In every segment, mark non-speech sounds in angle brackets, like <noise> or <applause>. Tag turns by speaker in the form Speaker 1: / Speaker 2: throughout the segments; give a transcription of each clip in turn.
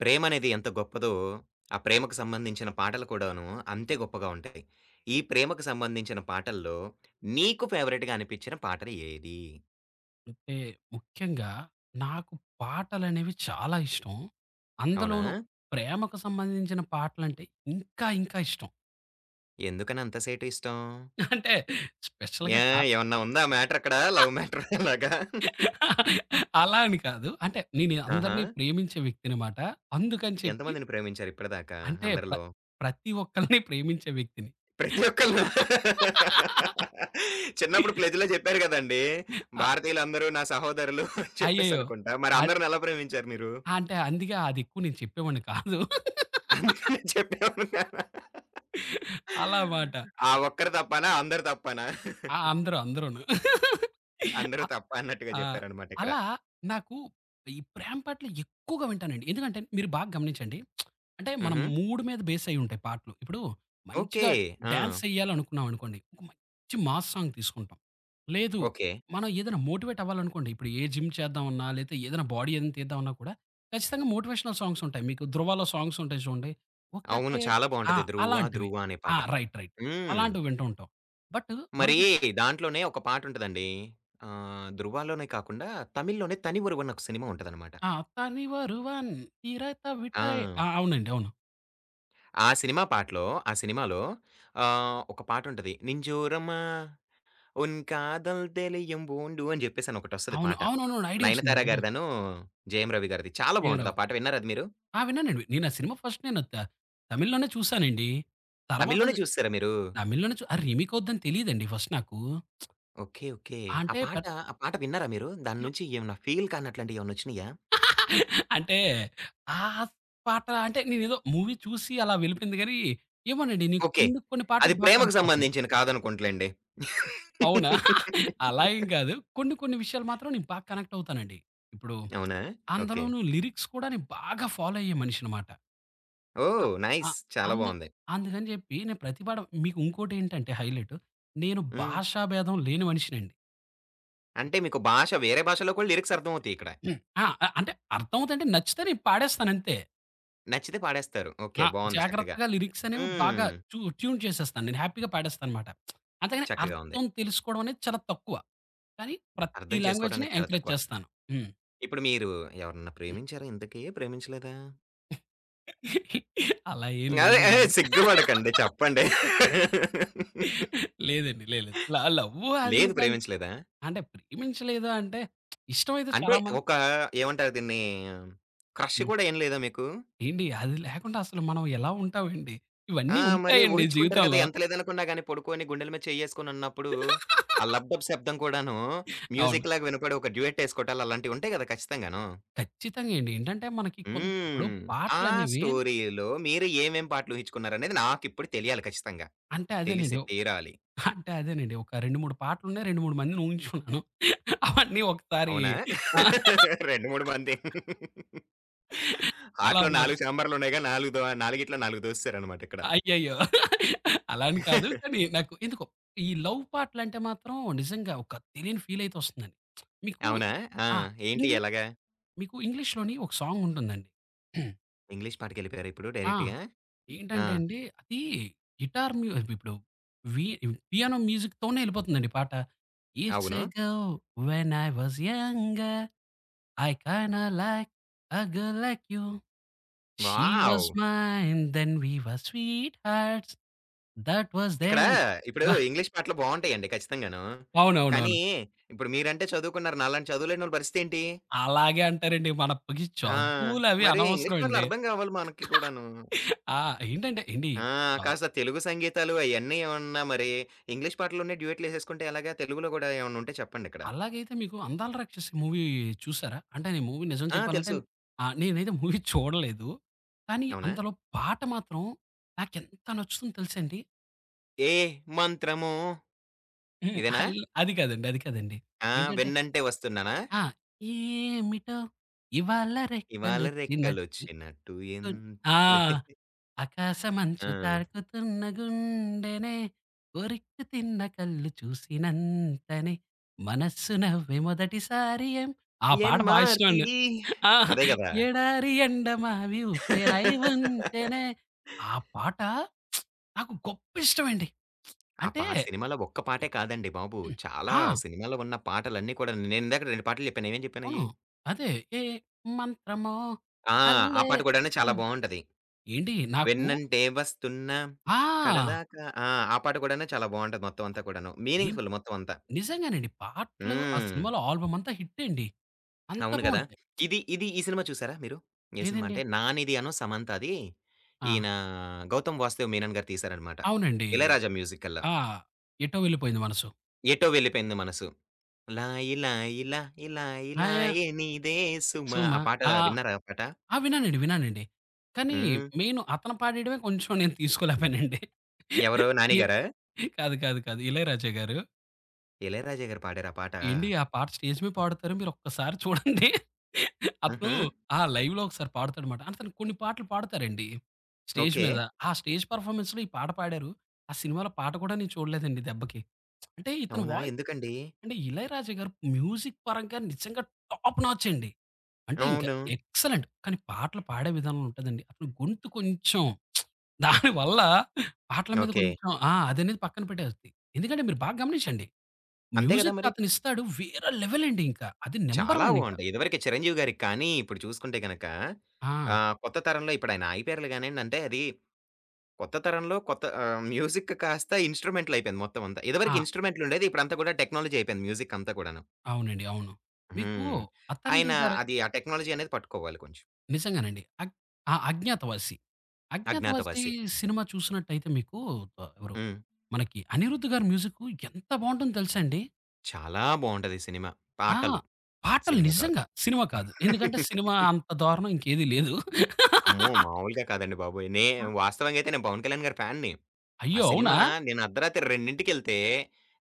Speaker 1: ప్రేమనేది ఎంత గొప్పదో, ఆ ప్రేమకు సంబంధించిన పాటలు కూడాను అంతే గొప్పగా ఉంటాయి. ఈ ప్రేమకు సంబంధించిన పాటల్లో నీకు ఫేవరెట్‌గా అనిపించిన పాటలు ఏది?
Speaker 2: అంటే ముఖ్యంగా నాకు పాటలనేవి చాలా ఇష్టం.
Speaker 1: అవునా?
Speaker 2: అందులోనూ ప్రేమకు సంబంధించిన పాటలంటే ఇంకా ఇంకా ఇష్టం.
Speaker 1: ఎందుకని అంత సేటు ఇష్టం?
Speaker 2: అంటే
Speaker 1: ఏ
Speaker 2: స్పెషల్‌గా
Speaker 1: ఏమన్నా ఉందా మ్యాటర్ అక్కడ లవ్
Speaker 2: <laughs>
Speaker 1: మ్యాటర్ <laughs> అలాగా?
Speaker 2: అలా అని కాదు. నేను
Speaker 1: ఆహా!
Speaker 2: అందరిని ప్రేమించే వ్యక్తినమాట. అందుకని చెప్పి
Speaker 1: ఎంతమందిని ప్రేమించారు ఇప్పటిదాకా
Speaker 2: అంటే ప్ర
Speaker 1: అందరిలో?
Speaker 2: ప్రతి ఒక్కళ్ళని ప్రేమించే వ్యక్తిని.
Speaker 1: ప్రతి ఒక్కళ్ళా? చిన్నప్పుడు ప్లెజ్‌లో చెప్పారు గదండీ!
Speaker 2: అ
Speaker 1: భారతీయులందరూ నా సహోదరులు అని
Speaker 2: అయ్యయ్యో!
Speaker 1: చెప్పేసనుకుంటా. మరి
Speaker 2: అ
Speaker 1: అందరిని ఎలా ప్రేమించారు మీరు?
Speaker 2: అంటే అందుకే అది ఎక్కువ నేను చెప్పేవాడిని కాదు.
Speaker 1: అందుకనే చెప్పేమనుకున్నా.
Speaker 2: అలా మాట.
Speaker 1: ఆ ఒక్కరు తప్పనా? అందరు తప్పనా?
Speaker 2: ఆ! అందరూ అందరూను.
Speaker 1: అందరూ
Speaker 2: అ
Speaker 1: తప్ప అన్నట్టుగా
Speaker 2: ఆ!
Speaker 1: జెప్పారనమాట ఇక్కడ.
Speaker 2: అలా నాకు ఈ ప్రేమ పాటలు ఎక్కువగా వింటానండి. ఎందుకంటే మీరు బాగా గమనించండి. అంటే మన
Speaker 1: హుహు.
Speaker 2: మూడ్ మీద బేస్ అయ్యి ఉంటాయి పాటలు. ఇప్పుడు
Speaker 1: ఓకే.
Speaker 2: మంచిగా
Speaker 1: ఆ!
Speaker 2: డాన్స్ ఎయ్యాలనుకున్నామనుకోండి, ఒక మంచి మాస్ సాంగ్ తీసుకుంటాం. లేదు
Speaker 1: ఓకే.
Speaker 2: మనం ఏదైనా మోటివేట్ అవ్వాలనుకోండి, ఇప్పుడు ఏ జిమ్ చేద్దామన్నా, లేతే ఏదైనా బాడీ ఏదైనా తీద్దామన్నా కూడా ఖచ్చితంగా మోటివేషనల్ సాంగ్స్ ఉంటాయి. మీకు 'ధ్రువ'లో సాంగ్స్ ఉంటాయి చూడండి.
Speaker 1: అవును.
Speaker 2: ఒకటే
Speaker 1: చాలా
Speaker 2: ఆ!
Speaker 1: బావుంటది. 'ధ్రువ
Speaker 2: అలాంటివి.
Speaker 1: ధ్రువ' అనే
Speaker 2: ఆ!
Speaker 1: పాట.
Speaker 2: రైట్. రైట్.
Speaker 1: హ్మ్.
Speaker 2: అలాంటివి వింటూ ఉంటాం. బట్
Speaker 1: మరి
Speaker 2: మనకి
Speaker 1: దాంట్లోనే ఒక పాటుంటదండి. ఆహ్, 'ధ్రువ'లోనే కాకుండా తమిళ్‌లోనే 'తని ఒరువన్' ఒక సినిమా ఉంటదనమాట.
Speaker 2: ఆ! 'తనివరువన్ తిరత
Speaker 1: ఆ!
Speaker 2: విటాయ్' ఆ! అవునండి. అవును.
Speaker 1: ఆ సినిమా పాటలో ఆ సినిమాలో ఆహ్, ఒక పాటుంటది. 'నింజోరమ్మా' ఉన్ కాదల్ దెలియం బోండు అని జెప్పేసని ఒకటొస్తది
Speaker 2: అవును.
Speaker 1: పాట.
Speaker 2: అవునవునవును. ఐడియా వచ్చిందండి.
Speaker 1: 'నయనతార'
Speaker 2: ఐడియా వచ్చింది.
Speaker 1: గారిదనూ, 'జయం రవి' గారిది. చాలా బావుంటది
Speaker 2: 'జయరావు'
Speaker 1: ఆ పాట. విన్నారా అది మీరు?
Speaker 2: ఆ! విన్నానండి. నేను ఆ సినిమా ఫస్ట్ నేను త తమిళ్‌లోనే చూసానండి. తర్వాత
Speaker 1: తమిళ్‌లోనే
Speaker 2: అది
Speaker 1: చూసేసారా మీరు?
Speaker 2: తమిళ్‌లోనే ఆ రీమేక్ అవుద్దని తెలీదండి ఫస్ట్ నాకు.
Speaker 1: ఓకే. ఓకే. ఆ
Speaker 2: అంటే
Speaker 1: పాట
Speaker 2: పెద్ద
Speaker 1: ఆ పాట విన్నారా మీరు? దాని నుంచి ఏమన్నా ఫీల్ కానట్లాంటియేమన్నొచ్చినియా?
Speaker 2: <laughs> అంటే ఆ పాట అంటే నేనేదో మూవీ చూసి అలా వెళ్ళిపోయింది గానీ, ఏమోనండి నేను
Speaker 1: ఓకే.
Speaker 2: కొన్ని కొన్ని
Speaker 1: అది
Speaker 2: పాటలకు బాగా
Speaker 1: ప్రేమకు
Speaker 2: కనెక్ట్ అవుతాను.
Speaker 1: సంబంధించిన కాదనుకుంటలెండి.
Speaker 2: అవునా?
Speaker 1: <laughs>
Speaker 2: <laughs> అలా ఏం కాదు. కొన్ని కొన్ని విషయాలు మాత్రం నేను బాగా కనెక్ట్ అవుతానండి. ఇప్పుడు
Speaker 1: అవునా? ఓకే.
Speaker 2: అందులోనూ లిరిక్స్ కూడా నేను బాగా ఫాలో అయ్యే మనిషినమాట. అ
Speaker 1: ఓహ్!
Speaker 2: A
Speaker 1: nice. చాలా
Speaker 2: అందు
Speaker 1: బావుంది.
Speaker 2: అందుకని చెప్పి నేను ప్రతి పాట మీకు ఇంకోటేంటంటే హైలైట్ నేను
Speaker 1: హ్మ్.
Speaker 2: భాషా భేదం లేని మనిషినండి.
Speaker 1: అంటే మీకు భాష వేరే భాషలో కూడా లిరిక్స్ అర్థమవుతాయి ఇక్కడ.
Speaker 2: హ్మ్. ఆ! అ అంటే అర్థమవుతుంటే నచ్చితే నేను పాడేస్తాను అంతే.
Speaker 1: నచ్చితే పాడేస్తారు. ఓకే.
Speaker 2: ఆ!
Speaker 1: బావుంది చక్కగా.
Speaker 2: జాగ్రత్తగా లిరిక్స్ అనేవి బాగా
Speaker 1: హ్మ్.
Speaker 2: ట్యూన్ చేసేస్తాను. నేను హ్యాపీగా పాడేస్తానన్నమాట. అంతేగాని
Speaker 1: చక్కగా ఉంది.
Speaker 2: అర్థం తెలుసుకోవడం అనేది చాలా తక్కువ. కానీ ప్రతి
Speaker 1: అర్థం చేసుకోవటం
Speaker 2: లాంగ్వేజ్‌ని
Speaker 1: అనేది చాలా
Speaker 2: ఎంకరేజ్
Speaker 1: తక్కువ.
Speaker 2: చేస్తాను. హ్మ్.
Speaker 1: ఇప్పుడు మీరు ఎవరన్నా ప్రేమించారా ఇంతకీ? ప్రేమించలేదా?
Speaker 2: అలా ఏం
Speaker 1: అదే అదే
Speaker 2: లేదండి.
Speaker 1: సిగ్గుపడకండి చెప్పండి.
Speaker 2: లేదండి. లేదు లేదు. లవ్వు అది
Speaker 1: లేదు
Speaker 2: ఇది
Speaker 1: ప్రేమించలేదా?
Speaker 2: అంటే ప్రేమించలేదు అంటే ఇష్టమైతే
Speaker 1: అంటే
Speaker 2: చాలా మంది
Speaker 1: ఒక ఏమంటారు దీన్ని క్రష్
Speaker 2: హ్మ్.
Speaker 1: కూడా ఏం లేదా మీకు?
Speaker 2: ఏండి అది లేకుండా అసలు మనం ఎలా ఉంటామండి?
Speaker 1: ఆ!
Speaker 2: ఇవన్నీ
Speaker 1: మరి
Speaker 2: ఉంటాయండి
Speaker 1: ఊహించుకుంటారు కదా!
Speaker 2: జీవితంలో.
Speaker 1: ఎంత లేదనుకున్నా గాని పడుకొని గుండెల మీద చెయ్యేసుకొని ఉన్నప్పుడు, ఆ లబ్‌డబ్ శబ్దం కూడాను
Speaker 2: అవును.
Speaker 1: మ్యూజిక్‌లాగా వినపడి ఒక డ్యూయెట్ ఏసుకోవటాలు అలాంటివి ఉంటాయి గదా! ఖచ్చితంగాను.
Speaker 2: ఖచ్చితంగా అండి. ఏంటంటే మనకి కొంత ఇప్పుడు
Speaker 1: హ్మ్. ఆ
Speaker 2: పాటలనేవి
Speaker 1: స్టోరీలో మీరు ఏమేం పాటలు ఊహించుకున్నారనేది నాకిప్పుడు తెలియాలి ఖచ్చితంగా.
Speaker 2: అంటే
Speaker 1: తెలిసి
Speaker 2: అదేనండి.
Speaker 1: తీరాలి.
Speaker 2: అంటే అదేనండి. ఒక 2, 3 పాటలున్నాయి. 2, 3 మందిని ఊహించుకున్నాను. అవన్నీ ఒకసారి
Speaker 1: అవునా?
Speaker 2: ఆ!
Speaker 1: <laughs> 2, 3 మంది.
Speaker 2: అలా
Speaker 1: ఆట్లో
Speaker 2: మాట.
Speaker 1: 4 చాంబర్‌లున్నాయిగా 4 దో 4గిట్లో 4 దోసేసారనమాట ఇక్కడ.
Speaker 2: అయ్యయ్యో! అలా అని కాదు. కానీ
Speaker 1: <laughs>
Speaker 2: నాకు ఎందుకో ఈ లవ్ పాటలంటే మాత్రం నిజంగా ఒక తెలియని ఫీలయితే వస్తుందండి. మీకు
Speaker 1: అవునా? ఆ!
Speaker 2: ఆ!
Speaker 1: ఏంటి
Speaker 2: ఇంగ్లీ
Speaker 1: ఎలాగా?
Speaker 2: మీకు ఇంగ్లీష్‌లోని ఒక సాంగుంటుందండి.
Speaker 1: ఇంగ్లీష్ పాటకెళ్ళిపోయారా ఇప్పుడు
Speaker 2: ఆ!
Speaker 1: డైరెక్ట్‌గా? ఆ!
Speaker 2: ఏంటంటే అండి అది గిటార్ మ్యూ ఇప్పుడు వి పియానో మ్యూజిక్‌తోనే ఎళ్ళిపోతుందండి పాట. ఇట్స్
Speaker 1: అవును.
Speaker 2: A girl when I was younger I kinda like a girl like you. She
Speaker 1: wow!
Speaker 2: Was mine then we were sweet hearts. That was
Speaker 1: ఇక్కడ
Speaker 2: దెన్.
Speaker 1: ఇప్పుడు
Speaker 2: అబ్బా! <laughs>
Speaker 1: ఇంగ్లీష్ పాటలు బావుంటాయండి ఖచ్చితంగాను.
Speaker 2: అవునవునవును.
Speaker 1: కానీ ఇప్పుడు మీరంటే చదువుకున్నారు. నాలాంటి చదువులేనోళ్ళ పరిస్థితేంటి?
Speaker 2: అలాగే అంటారండి. మనకి
Speaker 1: ఆ!
Speaker 2: చదువులవి
Speaker 1: మరి
Speaker 2: అనవసరం
Speaker 1: ఇంగ్లీష్ పాటలు
Speaker 2: అండి.
Speaker 1: అర్థం కావాలి మనకి కూడాను.
Speaker 2: ఆ! ఏంటంటే ఏండి
Speaker 1: ఆ!
Speaker 2: చ
Speaker 1: కాస్త తెలుగు సంగీతాలు అయన్నీ ఏమన్నా మరి ఇంగ్లీష్ పాటల్లోనే డ్యూయెట్‌లేసేసుకుంటే ఎలాగా? తెలుగులో గూడా ఏమన్నా ఉంటే చెప్పండిక్కడ.
Speaker 2: అలాగైతే మీకు 'అందాల రాక్షసి' మూవీ చూసారా? అంటే నేను మూవీ నిజం
Speaker 1: ఆ!
Speaker 2: చెప్పాలంటే
Speaker 1: తెలుసు.
Speaker 2: ఆ! నేనైతే మూవీ చూడలేదు. కానీ
Speaker 1: అవునా?
Speaker 2: అందులో పాట మాత్రం నాకెంత నచ్చుతుందో తెలుసండి?
Speaker 1: ఏ మంత్రమో
Speaker 2: హ్మ్.
Speaker 1: ఇదేనా?
Speaker 2: అల్ అది కాదండి. అది కాదండి.
Speaker 1: ఆ!
Speaker 2: ఏంటంటే
Speaker 1: వెన్నంటే వస్తున్నానా?
Speaker 2: ఆ! ఏమిటో ఇవాళ
Speaker 1: ఇవాళ
Speaker 2: రెక్కలొచ్చినట్టు
Speaker 1: రెక్కలొచ్చినట్టు
Speaker 2: గున్ ఆ!
Speaker 1: ఎంతలే ఆ!
Speaker 2: ఆకాశమంచు తాకుతున్న గుండెనే, కొరిక్కు తిన్న కళ్ళు చూసినంతనే, మనస్సు నవ్వే మొదటిసారి ఆ పాట ఇష్టమండి.
Speaker 1: యన్మార్పిడి
Speaker 2: ఆ!
Speaker 1: అదే గదా!
Speaker 2: ఎడారి ఎండ మావి ఉప్పెనై ఉంచెనే ఆ పాట నాకు గొప్పిష్టమండి.
Speaker 1: ఆ
Speaker 2: అంటే
Speaker 1: పా సినిమాలో ఒక్క పాటే కాదండి బాబు. చాలా
Speaker 2: ఆ!
Speaker 1: సినిమాలో ఉన్న పాటలన్నీ కూడా నేనిందాక 2 పాటలు చెప్పాను. ఏమేం
Speaker 2: అవును.
Speaker 1: చెప్పానయి?
Speaker 2: అదే. ఏ మంత్రమో
Speaker 1: ఆ! ఆ
Speaker 2: అల్లే
Speaker 1: పాట కూడాను చాలా
Speaker 2: సిన్
Speaker 1: బావుంటది.
Speaker 2: ఏండి నాకు
Speaker 1: వెన్నంటే వస్తున్నా
Speaker 2: ఆ!
Speaker 1: కడదాకా ఆ! ఆ పాట కూడాను చాలా బావుంటది మొత్తం అంతా కూడాను.
Speaker 2: ఏం
Speaker 1: మీనింగ్‌ఫుల్ మొత్తం అంతా.
Speaker 2: నిజంగానండి. పాటలు ఆ
Speaker 1: హ్మ్.
Speaker 2: సినిమాలో ఆల్బమ్ అంతా హిట్టే అండి. అంత
Speaker 1: అవును గదా!
Speaker 2: బావుంటాయి.
Speaker 1: ఇది ఇది ఈ సినిమా చూసారా మీరు? ఏ సినిమా
Speaker 2: ఏదండి
Speaker 1: అంటే 'నానిది' అను 'సమంతది'
Speaker 2: ఆ!
Speaker 1: ఈయన 'గౌతమ్ వాసుదేవ్ మీనన్' గారు తీశారనమాట.
Speaker 2: అవునండి.
Speaker 1: 'ఇళయరాజా' మ్యూజిక్ అల్లా.
Speaker 2: ఆ! ఎటో వెళ్ళిపోయింది మనసు.
Speaker 1: 'ఎటో వెళ్ళిపోయింది మనసు' లాయి లాయి లాయి లాయి
Speaker 2: హాయ
Speaker 1: లాయే నీదే సుమా
Speaker 2: సుమ
Speaker 1: ఆ పాట
Speaker 2: ఆ!
Speaker 1: విన్నారా ఆ పాట?
Speaker 2: ఆ! విన్నానండి. విన్నానండి. కానీ
Speaker 1: హ్మ్.
Speaker 2: మెయిన్ అతను పాడేయడమే కొంచెం నేను తీసుకోలేకపోయానండి.
Speaker 1: ఎవరు 'నాని'
Speaker 2: ఎ
Speaker 1: గారా?
Speaker 2: కాదు. కాదు. కాదు. ఇళయరాజా గారు
Speaker 1: 'ఇళయరాజా' గారు పాడారా ఆ పాట?
Speaker 2: ఏండి ఆ పాట స్టేజ్ మీద పాడుతారు. మీరొక్కసారి చూడండి. అతను
Speaker 1: హుహు.
Speaker 2: ఆ! లైవ్‌లో ఒకసారి పాడుతాడనమాట. అతను కొన్ని పాటలు పాడతారండి. Stage
Speaker 1: okay.
Speaker 2: మీద. ఆ స్టేజ్ పెర్ఫార్మన్స్‌లో ఈ పాట పాడారు. ఆ సినిమాలో పాట కూడా నేను చూడలేదండి దెబ్బకి. అంటే ఇతని
Speaker 1: అవునా?
Speaker 2: వాయి
Speaker 1: ఎందుకండి?
Speaker 2: అంటే 'ఇళయరాజా' గారు మ్యూజిక్ పరంగా నిజంగా టాప్ నాచ్ అండి. అంటే ఇంకా
Speaker 1: అవును.
Speaker 2: ఎక్సలెంట్. కానీ పాటలు పాడే విధానం ఉంటదండి. అతని గొంతు కొంచెం దానివల్ల పాటల మీద
Speaker 1: ఓకే.
Speaker 2: కొంచెం ఆ! అదనేది పక్కన పెట్టేయొద్ది. ఎందుకంటే మీరు బాగా గమనించండి.
Speaker 1: అంతే గదా
Speaker 2: మ్యూజిక్
Speaker 1: మరి.
Speaker 2: అతనిస్తాడు. వేరే లెవెలండి ఇంకా. అది నంబర్
Speaker 1: చాలా
Speaker 2: వన్ ఇంకా.
Speaker 1: బావుంటాయి. ఇదివరకే 'చిరంజీవి' గారికి కానీ, ఇప్పుడు చూసుకుంటే గనక
Speaker 2: ఆ!
Speaker 1: ఆహ్, కొత్త తరంలో ఇప్పుడాయన ఆగిపోయారులే గానియండి. అంటే అది కొత్త తరంలో కొత్త ఆహ్, మ్యూజిక్ కాస్త ఇన్‌స్ట్రుమెంటల్ అయిపోయింది మొత్తం అంతా. ఇదివరకు
Speaker 2: ఆ!
Speaker 1: ఇన్‌స్ట్రుమెంట్లుండేది. ఇప్పుడంతా కూడా టెక్నాలజీ అయిపోయింది మ్యూజిక్ అంతా కూడాను.
Speaker 2: అవునండి. అవును. మీకు
Speaker 1: హ్మ్. ఆయన
Speaker 2: 'అత్తారింటికి దారే'
Speaker 1: అది ఆ టెక్నాలజీ అనేది పట్టుకోవాలి కొంచెం.
Speaker 2: నిజంగానండి. ఆ! 'అజ్ఞాతవాసి.' 'అజ్ఞాతవాసి'
Speaker 1: 'అజ్ఞాతవాసి.'
Speaker 2: సినిమా చూసినట్టయితే మీకు ఆహ్,
Speaker 1: హ్మ్.
Speaker 2: మనకి అనిరుద్ గారి మ్యూజిక్ ఎంత బావుంటుందో తెలుసా అండి?
Speaker 1: చాలా బావుంటది సినిమా.
Speaker 2: ఆ!
Speaker 1: పాటలు.
Speaker 2: పాటలు
Speaker 1: సినిమా కాదు.
Speaker 2: నిజంగా. సినిమా కాదు. ఎందుకంటే సినిమా
Speaker 1: <laughs>
Speaker 2: అంత దారుణం ఇంకేది లేదు.
Speaker 1: అమ్మో! మామూలుగా కాదండి బాబోయ్! నే
Speaker 2: ఆ!
Speaker 1: వాస్తవంగా అయితే నేను 'పవన్ కళ్యాణ్' గారి ఫ్యాన్‌ని. ఆ
Speaker 2: అయ్యో! అవునా?
Speaker 1: సినిమా నేను అర్ధరాత్రి 2కెళ్తే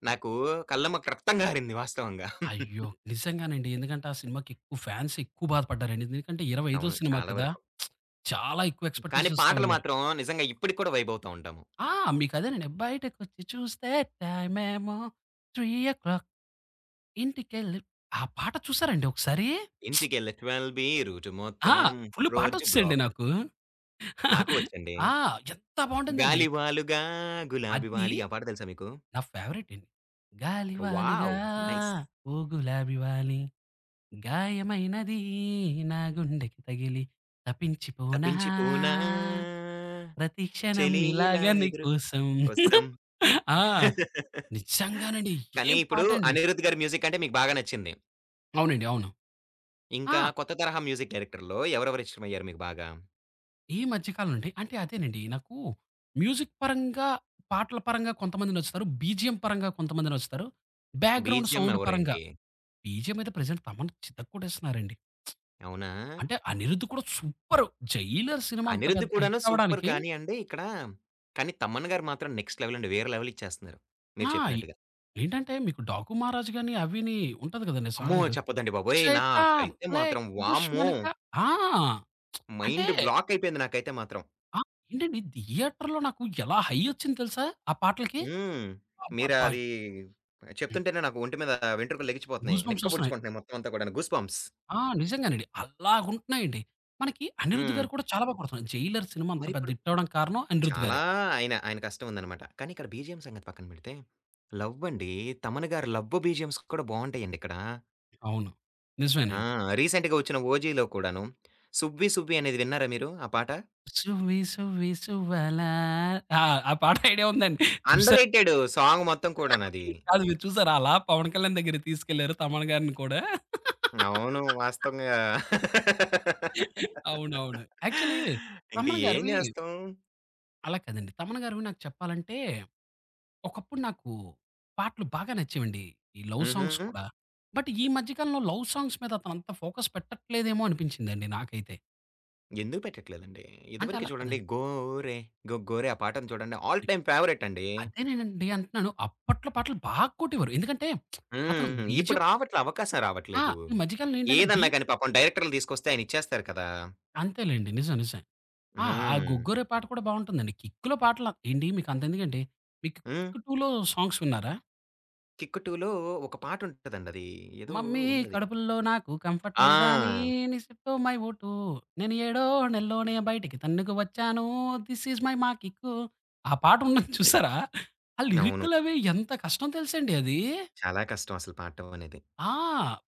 Speaker 1: నాకు కళ్ళమ్మట రక్తం గారింది వాస్తవంగా.
Speaker 2: అయ్యో! నిజంగానండి. ఎందుకంటే ఆ సినిమాకి ఎక్కువ ఫ్యాన్స్ ఎక్కువ బాధపడ్డారండి. ఎందుకంటే 25
Speaker 1: అవును.
Speaker 2: సినిమా
Speaker 1: చాలా
Speaker 2: కదా!
Speaker 1: వరకు.
Speaker 2: చాలా ఎక్కువ
Speaker 1: కానీ
Speaker 2: ఎక్స్‌పెక్టేషన్స్‌తో
Speaker 1: పాటలు
Speaker 2: వెళ్లారు.
Speaker 1: మాత్రం నిజంగా ఇప్పటికి కూడా వైబ్ అవుతా ఉంటాము.
Speaker 2: ఆ! మీకదేనండి. బయటకొచ్చి చూస్తే టైమేమో 3:00 ఇంటికెళ్ళి ఆ పాట చూసారండి ఒకసారి?
Speaker 1: ఇంటికెళ్ళి 12B బి రూటు
Speaker 2: ఆ!
Speaker 1: మొత్తం
Speaker 2: ఫుల్
Speaker 1: రోజు
Speaker 2: పాటొచ్చేయండి
Speaker 1: బ్లాక్.
Speaker 2: నాకు.
Speaker 1: నాకు వచ్చండి.
Speaker 2: ఆ! ఎంత బావుంటుందండి.
Speaker 1: గాలివాలుగా గులాబీ
Speaker 2: అది
Speaker 1: వాలి ఆ పాట తెలుసా మీకు?
Speaker 2: నా ఫేవరెట్ అండి. గాలివాలుగా
Speaker 1: వావ్! నైస్.
Speaker 2: ఓ గులాబీ వాలీ గాయమైనది నా గుండెకి తగిలి తపించిపోనా
Speaker 1: తపించి పూనా
Speaker 2: ప్రతి క్షణం
Speaker 1: చలి
Speaker 2: ఇలాగ
Speaker 1: ఇలా ఎదురు
Speaker 2: నీకోసం.
Speaker 1: కోసం.
Speaker 2: ఆ! నిజంగానండి.
Speaker 1: కానీ
Speaker 2: ఏం
Speaker 1: ఇప్పుడు
Speaker 2: పాటండి.
Speaker 1: అనిరుద్ గారి మ్యూజిక్ అంటే మీకు బాగా నచ్చింది.
Speaker 2: అవునండి. అవును.
Speaker 1: ఇంకా
Speaker 2: ఆ!
Speaker 1: కొత్త తరహా మ్యూజిక్ డైరెక్టర్‌లో ఎవరెవరు ఇష్టమయ్యారు మీకు బాగా?
Speaker 2: ఈ మధ్య కాలం అండి. అంటే అదేనండి. నాకు మ్యూజిక్ పరంగా, పాటల పరంగా కొంతమంది నచ్చుతారు. బీజీఎం పరంగా కొంతమంది నచ్చుతారు. బ్యాక్‌గ్రౌండ్
Speaker 1: బీజీఎం
Speaker 2: సౌండ్ పరంగా
Speaker 1: ఎవరేంటి?
Speaker 2: బీజీఎం అయితే ప్రెజెంట్ తమన్ చితక్కొట్టేస్తున్నారండి.
Speaker 1: అవునా?
Speaker 2: అంటే అనిరుద్ కూడా సూపరు. 'జైలర్' సినిమా అంత
Speaker 1: 'అనిరుద్'
Speaker 2: పెద్ద
Speaker 1: కూడాను
Speaker 2: హిట్
Speaker 1: సూపర్
Speaker 2: అవ్వడానికి
Speaker 1: కానీ అండి ఇక్కడ కానీ 'తమన్' గారు మాత్రం నెక్స్ట్ లెవెల్ అండి. వేరే లెవెల్ ఇచ్చేస్తున్నారు. మీరు
Speaker 2: ఆ!
Speaker 1: చెప్పినట్టుగా.
Speaker 2: ఏంటంటే మీకు 'డాకు మహారాజు' గాని అవిని ఉంటది కదండీ
Speaker 1: అమ్మో!
Speaker 2: సాంగ్.
Speaker 1: చెప్పొద్దండి బాబోయ్!
Speaker 2: 'షైతాన్
Speaker 1: నాకైతే
Speaker 2: లే
Speaker 1: మాత్రం వామ్మో!
Speaker 2: దుష్మన్ కా' ఆ! అంటే
Speaker 1: మైండ్ బ్లాక్ అయిపోయింది నాకైతే మాత్రం.
Speaker 2: ఆ! ఏంటండి థియేటర్‌లో నాకు ఎలా హై ఒచ్చింది తెలుసా? ఆ పాటలకి.
Speaker 1: హ్మ్. మీరు
Speaker 2: అబ్బబ్బా!
Speaker 1: అది చెప్తుంటేనే నాకు ఒంటి మీద వెంట్రుకలు లెగిచిపోతున్నాయి.
Speaker 2: గూస్ బంప్స్ ఒస్తున్నాయి.
Speaker 1: నిక్కబొడుచుకుంటున్నాయి మొత్తం అంతా కూడాను. Goose bumps.
Speaker 2: ఆ! నిజంగానండి. అలాగుంటున్నాయండి. మనకి అనిరుద్ గారు
Speaker 1: హ్మ్.
Speaker 2: కూడా చాలా కొడుతున్నారు. 'జైలర్' సినిమా అంత పెద్ద
Speaker 1: మరిప్పుడు
Speaker 2: హిట్ అవ్వడానికి కారణం అనిరుద్
Speaker 1: చాలా
Speaker 2: గారే.
Speaker 1: ఆయన ఆయన కష్టం ఉందనమాట. కానీ ఇక్కడ బీజీఎం సంగతి పక్కన పెడితే, లవ్ అండి. తమన్ గారి లవ్ బీజీఎమ్స్ కూడా బావుంటాయండి ఇక్కడ.
Speaker 2: అవును.
Speaker 1: ఆ!
Speaker 2: నిజమేనండి.
Speaker 1: రీసెంట్‌గా వచ్చిన 'ఓజీలో' కూడాను 'సువ్వి సువ్వి' అనేది విన్నారా మీరు ఆ పాట?
Speaker 2: 'సువ్వి సువ్వి సువ్వాల' ఆ! ఆ పాట ఐడియా ఉందండి.
Speaker 1: అండర్
Speaker 2: చూసారా?
Speaker 1: రేటెడ్ సాంగ్ మొత్తం కూడానది.
Speaker 2: కాదు మీరు చూసారా? అలా పవన్ కళ్యాణ్ దగ్గరికి తీసుకెళ్లారు తమన్ గారిని కూడా.
Speaker 1: అవును. వాస్తవంగా
Speaker 2: అవునవును. యాక్చువల్లీ
Speaker 1: ఇంక
Speaker 2: తమన్
Speaker 1: ఏం
Speaker 2: గారివి
Speaker 1: చేస్తాం.
Speaker 2: అలా కాదండి. తమన్ గారివి నాకు చెప్పాలంటే ఒకప్పుడు నాకు పాటలు బాగా నచ్చేవండి. ఈ లవ్
Speaker 1: హుహు.
Speaker 2: సాంగ్స్ కూడా. బట్ ఈ మధ్య కాలంలో లవ్ సాంగ్స్ మీద అతనంత ఫోకస్ పెట్టట్లేదేమో అనిపించిందండి నాకైతే.
Speaker 1: ఎందుకు పెట్టట్లేదండి.
Speaker 2: అంటే
Speaker 1: ఇదివరకు
Speaker 2: అలా
Speaker 1: చూడండి
Speaker 2: కాదండి.
Speaker 1: 'గోరె గొగ్గోరె' ఆ పాటను చూడండి ఆల్ టైమ్ ఫేవరెట్ అండి.
Speaker 2: అదేనేనండి అంటున్నాను. అప్పట్లో పాటలు బాగా కొట్టేవారు. ఎందుకంటే అతను
Speaker 1: హ్మ్. ఇప్పుడు
Speaker 2: బీజీఎం
Speaker 1: రావట్లే. అవకాశం
Speaker 2: ఆ!
Speaker 1: రావట్లేదు.
Speaker 2: ఈ మధ్య కాలంలో ఏంటంటే బీ
Speaker 1: ఏదన్నా గాని పాపం డైరెక్టర్లు తీసుకొస్తే ఆయన ఇచ్చేస్తారు కదా!
Speaker 2: అంతేలెండి. నిజం. నిజం. ఆ! ఆ
Speaker 1: హ్మ్.
Speaker 2: 'గొగ్గోరే' పాట కూడా బావుంటుందండి. 'కిక్కులో' పాటలు ఏండి మీకు అంతెందుకండి. మీకు
Speaker 1: హ్మ్.
Speaker 2: 'కిక్ 2' సాంగ్స్ విన్నారా?
Speaker 1: 'కిక్ 2లో' ఒక పాటుంటదండి అది. ఏదో
Speaker 2: మమ్మీ
Speaker 1: ఉందది.
Speaker 2: కడుపులో నాకు కంఫర్ట్ లేదా అని
Speaker 1: ఆ!
Speaker 2: నీ సిట్టో మై ఓటు. నేను ఏడో నెలలోనే బయటికి తన్నుకు వచ్చాను. దిస్ ఈజ్ మై మా కిక్కు. ఆ పాట ఉన్నది చూసారా? ఆ
Speaker 1: అవును.
Speaker 2: లిరిక్కులవి ఎంత కష్టం తెలుసండి అది.
Speaker 1: చాలా కష్టం అసలు పాడటం అనేది.
Speaker 2: ఆ!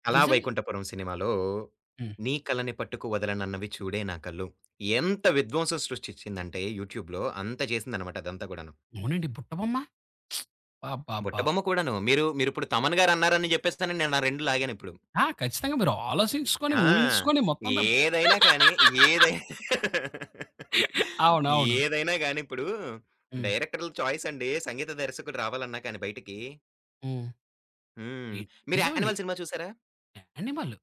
Speaker 1: 'కళా
Speaker 2: నిజంగా.
Speaker 1: వైకుంఠపురం' సినిమాలో
Speaker 2: హ్మ్.
Speaker 1: 'నీ కలని పట్టుకు వదలనన్నవి చూడే నా కళ్ళు' ఎంత విధ్వంసం సృష్టించిందంటే యూట్యూబ్‌లో అంత చేసిందనమాట అదంతా కూడాను.
Speaker 2: అవునండి. బుట్ట బొమ్మ. అబ్బబ్బా!
Speaker 1: బుట్టబొమ్మ కూడాను. మీరిప్పుడు 'తమన్' గారు అన్నారని చెప్పేసి నేను ఆ 2 లాగానిప్పుడు.
Speaker 2: ఆ! ఖచ్చితంగా మీరు ఆలోచించుకొని,
Speaker 1: ఆ!
Speaker 2: ఊహించుకొని మొత్తం అంతా
Speaker 1: ఏదైనా కానీ, ఏదైనా
Speaker 2: <laughs> అవునవును.
Speaker 1: ఏదైనా గాని ఇప్పుడు
Speaker 2: హ్మ్.
Speaker 1: డైరెక్టర్‌ల చాయిస్ అండి. సంగీత దర్శకుడు రావాలన్నా కానీ బయటికి
Speaker 2: హ్మ్.
Speaker 1: హ్మ్.
Speaker 2: ఇ
Speaker 1: మీరు
Speaker 2: నిజమండి.
Speaker 1: 'యానిమల్' సినిమా చూసారా?
Speaker 2: యానిమల్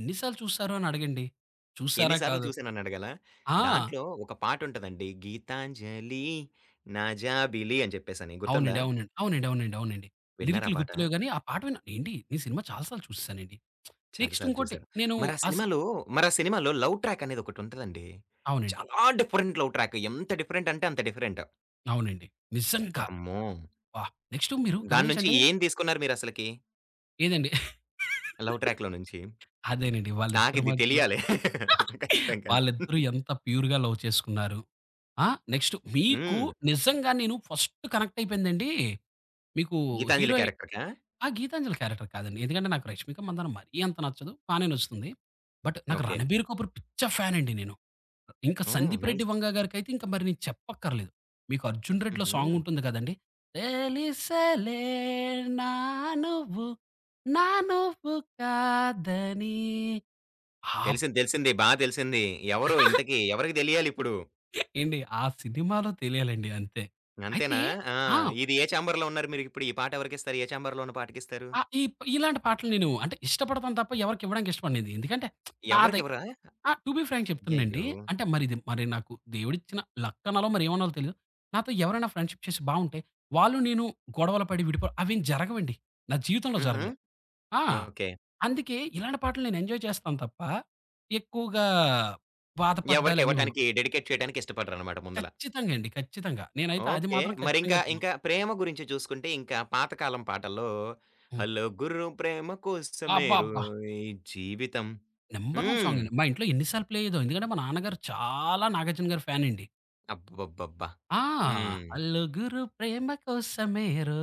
Speaker 2: ఎన్ని సార్లు చూసారు అని అడగండి.
Speaker 1: ఎన్ని
Speaker 2: చూసారా
Speaker 1: సార్లు
Speaker 2: కాదు.
Speaker 1: చూసానని అడగాలా?
Speaker 2: ఆ!
Speaker 1: దాంట్లో ఒక పాటుంటదండి. 'గీతాంజలి నా జాబిలి' అని చెప్పేసని. గుర్తుందా?
Speaker 2: అవునండి. అవునండి. అవునండి. అవునండి. అవునండి.
Speaker 1: విన్నారా
Speaker 2: లిరికులు
Speaker 1: ఆ పాట?
Speaker 2: గుర్తులేవు గాని, ఆ పాట విన్నా. ఏండి నేను సినిమా చాలా సార్లు చూసేసానండి.
Speaker 1: చాలా
Speaker 2: నెక్స్ట్
Speaker 1: సార్లు
Speaker 2: ఇంకోటి
Speaker 1: చూసారు.
Speaker 2: నేను
Speaker 1: మరి ఆ
Speaker 2: ఆ సి
Speaker 1: సినిమాలో మరి ఆ సినిమాలో లవ్ ట్రాక్ అనేది ఒకటుంటదండి.
Speaker 2: అవునండి.
Speaker 1: చాలా డిఫరెంట్ లవ్ ట్రాక్. ఎంత డిఫరెంట్ అంటే అంత డిఫరెంట్.
Speaker 2: అవునండి. నిజంగా.
Speaker 1: అమ్మో!
Speaker 2: అబ్బా! నెక్స్ట్ మీరు
Speaker 1: దాని నుంచి
Speaker 2: గమనించండి.
Speaker 1: ఏం తీసుకున్నారు మీరసలకి?
Speaker 2: ఏదండి
Speaker 1: 'లవ్ ట్రాక్‌లో' నుంచి?
Speaker 2: అదేనండి. వాళ్ళిద్దరి
Speaker 1: నాకిది
Speaker 2: మధ్యలో
Speaker 1: తెలియాలి. <laughs> ఖచ్చితంగాను.
Speaker 2: వాళ్ళిద్దరూ ఎంత ప్యూర్‌గా లవ్ చేసుకున్నారు. ఆ! నెక్స్ట్ మీకు
Speaker 1: హ్మ్.
Speaker 2: నిజంగా నేను ఫస్ట్ కనెక్ట్ అయిపోయిందండి. మీకు హీరో
Speaker 1: 'గీతాంజలి' క్యారెక్టర్‌కా?
Speaker 2: ఆ! గీతాంజలి క్యారెక్టర్ కాదండి. ఎందుకంటే నాకు 'రష్మిక మందాన' మరీ అంత నచ్చదు. బానే నచ్చుతుంది. బట్ నాకు
Speaker 1: ఓకే.
Speaker 2: 'రణబీర్ కపూర్' పిచ్చ ఫ్యానండి నేను. ఇంకా
Speaker 1: ఓహ్!
Speaker 2: 'సందీప్ రెడ్డి
Speaker 1: నైస్.
Speaker 2: వంగ' గారికైతే ఇంక మరి నేను చెప్పక్కర్లేదు. మీకు 'అర్జున్ రెడ్డి'లో
Speaker 1: హుహు.
Speaker 2: సాంగ్ ఉంటుంది కదండీ! తెలిసెలే నా నువ్వు, నా నువ్వు కాదని ఆప్
Speaker 1: తెలిసింది. తెలిసింది. బా తెలిసింది. ఎవరు ఇంతకి?
Speaker 2: <laughs>
Speaker 1: ఎవరికి తెలియాలిప్పుడు?
Speaker 2: ఏండి ఆ సినిమాలో తెలియాలండి అంతే. అయితే
Speaker 1: అంతేనా? ఆ!
Speaker 2: ఆ!
Speaker 1: ఇది ఏ ఛాంబర్‌లో ఉన్నారు మీరిప్పుడు? ఈ పాట ఎవరికిస్తారు? ఏ ఛాంబర్‌లో ఉన్న పాటకిస్తారు?
Speaker 2: ఆ! ఈ ఇలాంటి పాటలు నేను అంటే ఇష్టపడతాను తప్ప ఎవరికివ్వడానికి ఇష్టపడనండి. ఎందుకంటే నాదై
Speaker 1: ఎవరికివ్వరా?
Speaker 2: ఆ! టు బీ ఫ్రాంక్ చెప్తానండి.
Speaker 1: అయ్యయ్యో!
Speaker 2: అంటే మరిది మరి నాకు దేవుడిచ్చిన లక్ అనాలో మరేమనాలో తెలీదు. నాతో ఎవరైనా ఫ్రెండ్‌షిప్ చేసి బావుంటే, వాళ్ళు నేను గొడవలు పడి విడిపో అవేం జరగవండి. నా జీవితంలో
Speaker 1: హుహు.
Speaker 2: జరగలే. ఆ!
Speaker 1: ఓకే.
Speaker 2: అందుకే ఇలాంటి పాటలు నేను ఎంజాయ్ చేస్తాను తప్ప, ఎక్కువగా బాధపడ్డాలు అవి ఉండవు.
Speaker 1: ఎవరికివ్వటానికి డెడికేట్ చేయడానికి ఇష్టపడరనమాట ముందల.
Speaker 2: ఖచ్చితంగా అండి. ఖచ్చితంగా. నేనైతే అది
Speaker 1: ఓకే.
Speaker 2: మాత్రం ఖచ్చితంగా
Speaker 1: మరింకా ఇంకా
Speaker 2: చెప్పను.
Speaker 1: ఇంకా ప్రేమ గురించి చూసుకుంటే ఇంకా పాత కాలం పాటల్లో
Speaker 2: హ్మ్.
Speaker 1: 'హలో గుర్రం ప్రేమ
Speaker 2: అబ్బబ్బా!
Speaker 1: కోసమేరోయ్ జీవితం'
Speaker 2: నంబర్ 1 సాంగ్
Speaker 1: హ్మ్.
Speaker 2: అండి. మా ఇంట్లో ఎన్ని సార్లు ప్లే అయ్యేదో. ఎందుకంటే మా నాన్నగారు చాలా నాగార్జున గారి ఫ్యానండి.
Speaker 1: అబ్బబ్బబ్బా!
Speaker 2: ఆ!
Speaker 1: హ్మ్.
Speaker 2: 'అలుగురు ప్రేమ కోసమేరో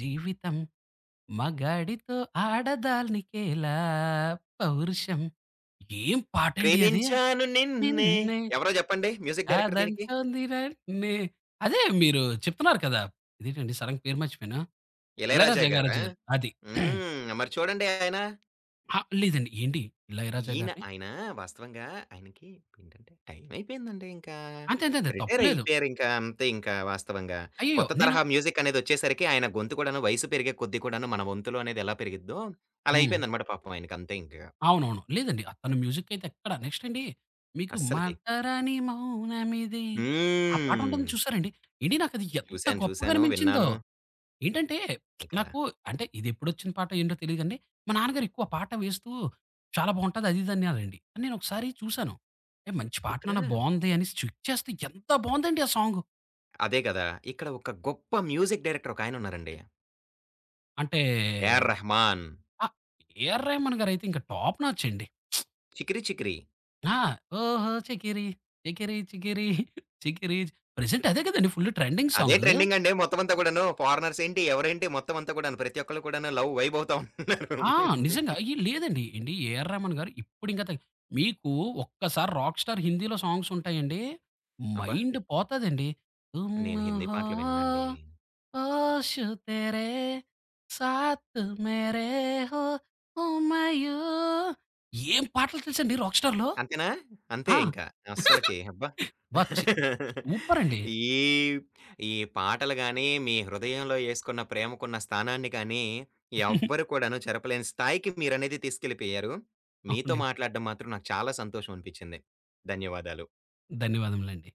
Speaker 2: జీవితం మగాడితో ఆడదానికేలా పౌరుషం' ఏం పాటండి అది!
Speaker 1: ప్రేమించాను నిన్నే
Speaker 2: నిన్నే
Speaker 1: ఎవరో జెప్పండి మ్యూజిక్ డైరెక్టర్ దీనికి?
Speaker 2: కాదంటోంది నన్నే అదే మీరు చెప్తున్నారు కదా! ఇదేంటండి సడెన్‌గా పేరు మర్చిపోయాను.
Speaker 1: 'ఇళయరాజా'
Speaker 2: 'ఇళయరాజా' గారి
Speaker 1: గారా?
Speaker 2: జోరు అది.
Speaker 1: హ్మ్. మరి చూడండి ఆయన
Speaker 2: అహా! లేదండి. ఏంటి 'ఇళయరాజా'
Speaker 1: ఈయన
Speaker 2: గారిని?
Speaker 1: ఆయన వాస్తవంగా ఆయనకి ఏంటంటే టైం అయిపోయిందండి ఇంకా.
Speaker 2: అంతే అంతే అంతే తప్పు
Speaker 1: రిటైర్
Speaker 2: లేదు.
Speaker 1: అయిపోయారు ఇంకా అంతే ఇంకా వాస్తవంగా.
Speaker 2: అయ్యయ్యో!
Speaker 1: కొత్త
Speaker 2: నేను
Speaker 1: తరహా మ్యూజిక్ అనేదొచ్చేసరికి ఆయన గొంతు కూడాను వయసు పెరిగే కొద్దీ కూడాను మన వంతులో అనేది ఎలా పెరిగిద్దో అలా
Speaker 2: హ్మ్.
Speaker 1: అయిపోయిందనమాట పాపం ఆయనకి అంతే ఇంక.
Speaker 2: అవునవును. లేదండి. అతని మ్యూజికయితే ఎక్కడ నెక్స్ట్ అండి మీకు
Speaker 1: అస్సలకి.
Speaker 2: 'మటరాని మౌనమిది' ఆ పాటుంటుంది
Speaker 1: హ్మ్.
Speaker 2: చూసారా అండి? ఏండి నాకది ఎంత
Speaker 1: చూసాను,
Speaker 2: గొప్పగా
Speaker 1: చూసాను.
Speaker 2: అనిపించిందో!
Speaker 1: విన్నాను.
Speaker 2: ఏంటంటే
Speaker 1: అదే కదా!
Speaker 2: నాకు అంటే ఇదెప్పుడొచ్చిన పాట ఏంటో తెలీదు గానీ, మా నాన్నగారు ఎక్కువ పాట వేస్తూ చాలా బావుంటది అది ఇది అనేవారండి. నేనొకసారి చూసాను. "ఏ మంచి పాట
Speaker 1: ఇక్కడ
Speaker 2: నాన్న బావుంది" అనేసి చెక్ చేస్తే ఎంత బావుందండి ఆ సాంగు.
Speaker 1: అదే కదా! ఇక్కడ ఒక గొప్ప మ్యూజిక్ డైరెక్టర్ ఒకాయనున్నారండి.
Speaker 2: అంటే
Speaker 1: 'ఏఆర్ రెహమాన్'
Speaker 2: ఆ! ఏఆర్ రెహమాన్ గారైతే ఇంక టాప్ నాచ్ అండి.
Speaker 1: 'చికిరి చికిరి.'
Speaker 2: ఆ! ఓహో! చికిరి, చికిరి, చికిరి, చికిరి ప్రెజెంట్ అదే కదండీ ఫుల్ ట్రెండింగ్
Speaker 1: అదే
Speaker 2: సాంగు.
Speaker 1: ట్రెండింగ్ అండి. మొత్తం అంతా కూడాను ఫారినర్స్ ఏంటి, ఎవరేంటి మొత్తం అంతా కూడాను. ప్రతి ఒక్కళ్ళు కూడాను లవ్ వైబ్ అవుతా ఉంటున్నారు.
Speaker 2: ఆ! నిజంగా. లేదండి ఏండి 'ఏఆర్ రెహమాన్' గారు ఇప్పుడు ఇంకా తగ్ మీకు ఒక్కసారి 'రాక్ స్టార్' హిందీలో సాంగ్స్ ఉంటాయండి.
Speaker 1: అబ్బా!
Speaker 2: మైండ్ పోతదండి. 'తుమ్
Speaker 1: నేను హిందీ
Speaker 2: హో
Speaker 1: పాటలు విననండి.
Speaker 2: హోష్ తెరే సాత్ మేరే హో హుమాయూన్' ఏం పాటలు తెలుసండి 'రాక్ స్టార్‌లో'.
Speaker 1: అంతేనా? అంతే
Speaker 2: ఆ!
Speaker 1: ఇంకా
Speaker 2: <laughs>
Speaker 1: అస్సలకి. అబ్బా!
Speaker 2: బా చి సూపరండి.
Speaker 1: ఈ, ఈ పాటలు గాని, మీ హృదయంలో యేసుకున్న ప్రేమకున్న స్థానాన్ని కానీ, ఎవ్వరు కూడాను చెరపలేని స్థాయికి మీరనేది తీసుకెళ్ళిపోయారు. మీతో
Speaker 2: అవునండి.
Speaker 1: మాట్లాడడం మాత్రం నాకు చాలా సంతోషం అనిపించింది. ధన్యవాదాలు.
Speaker 2: ధన్యవాదములండి.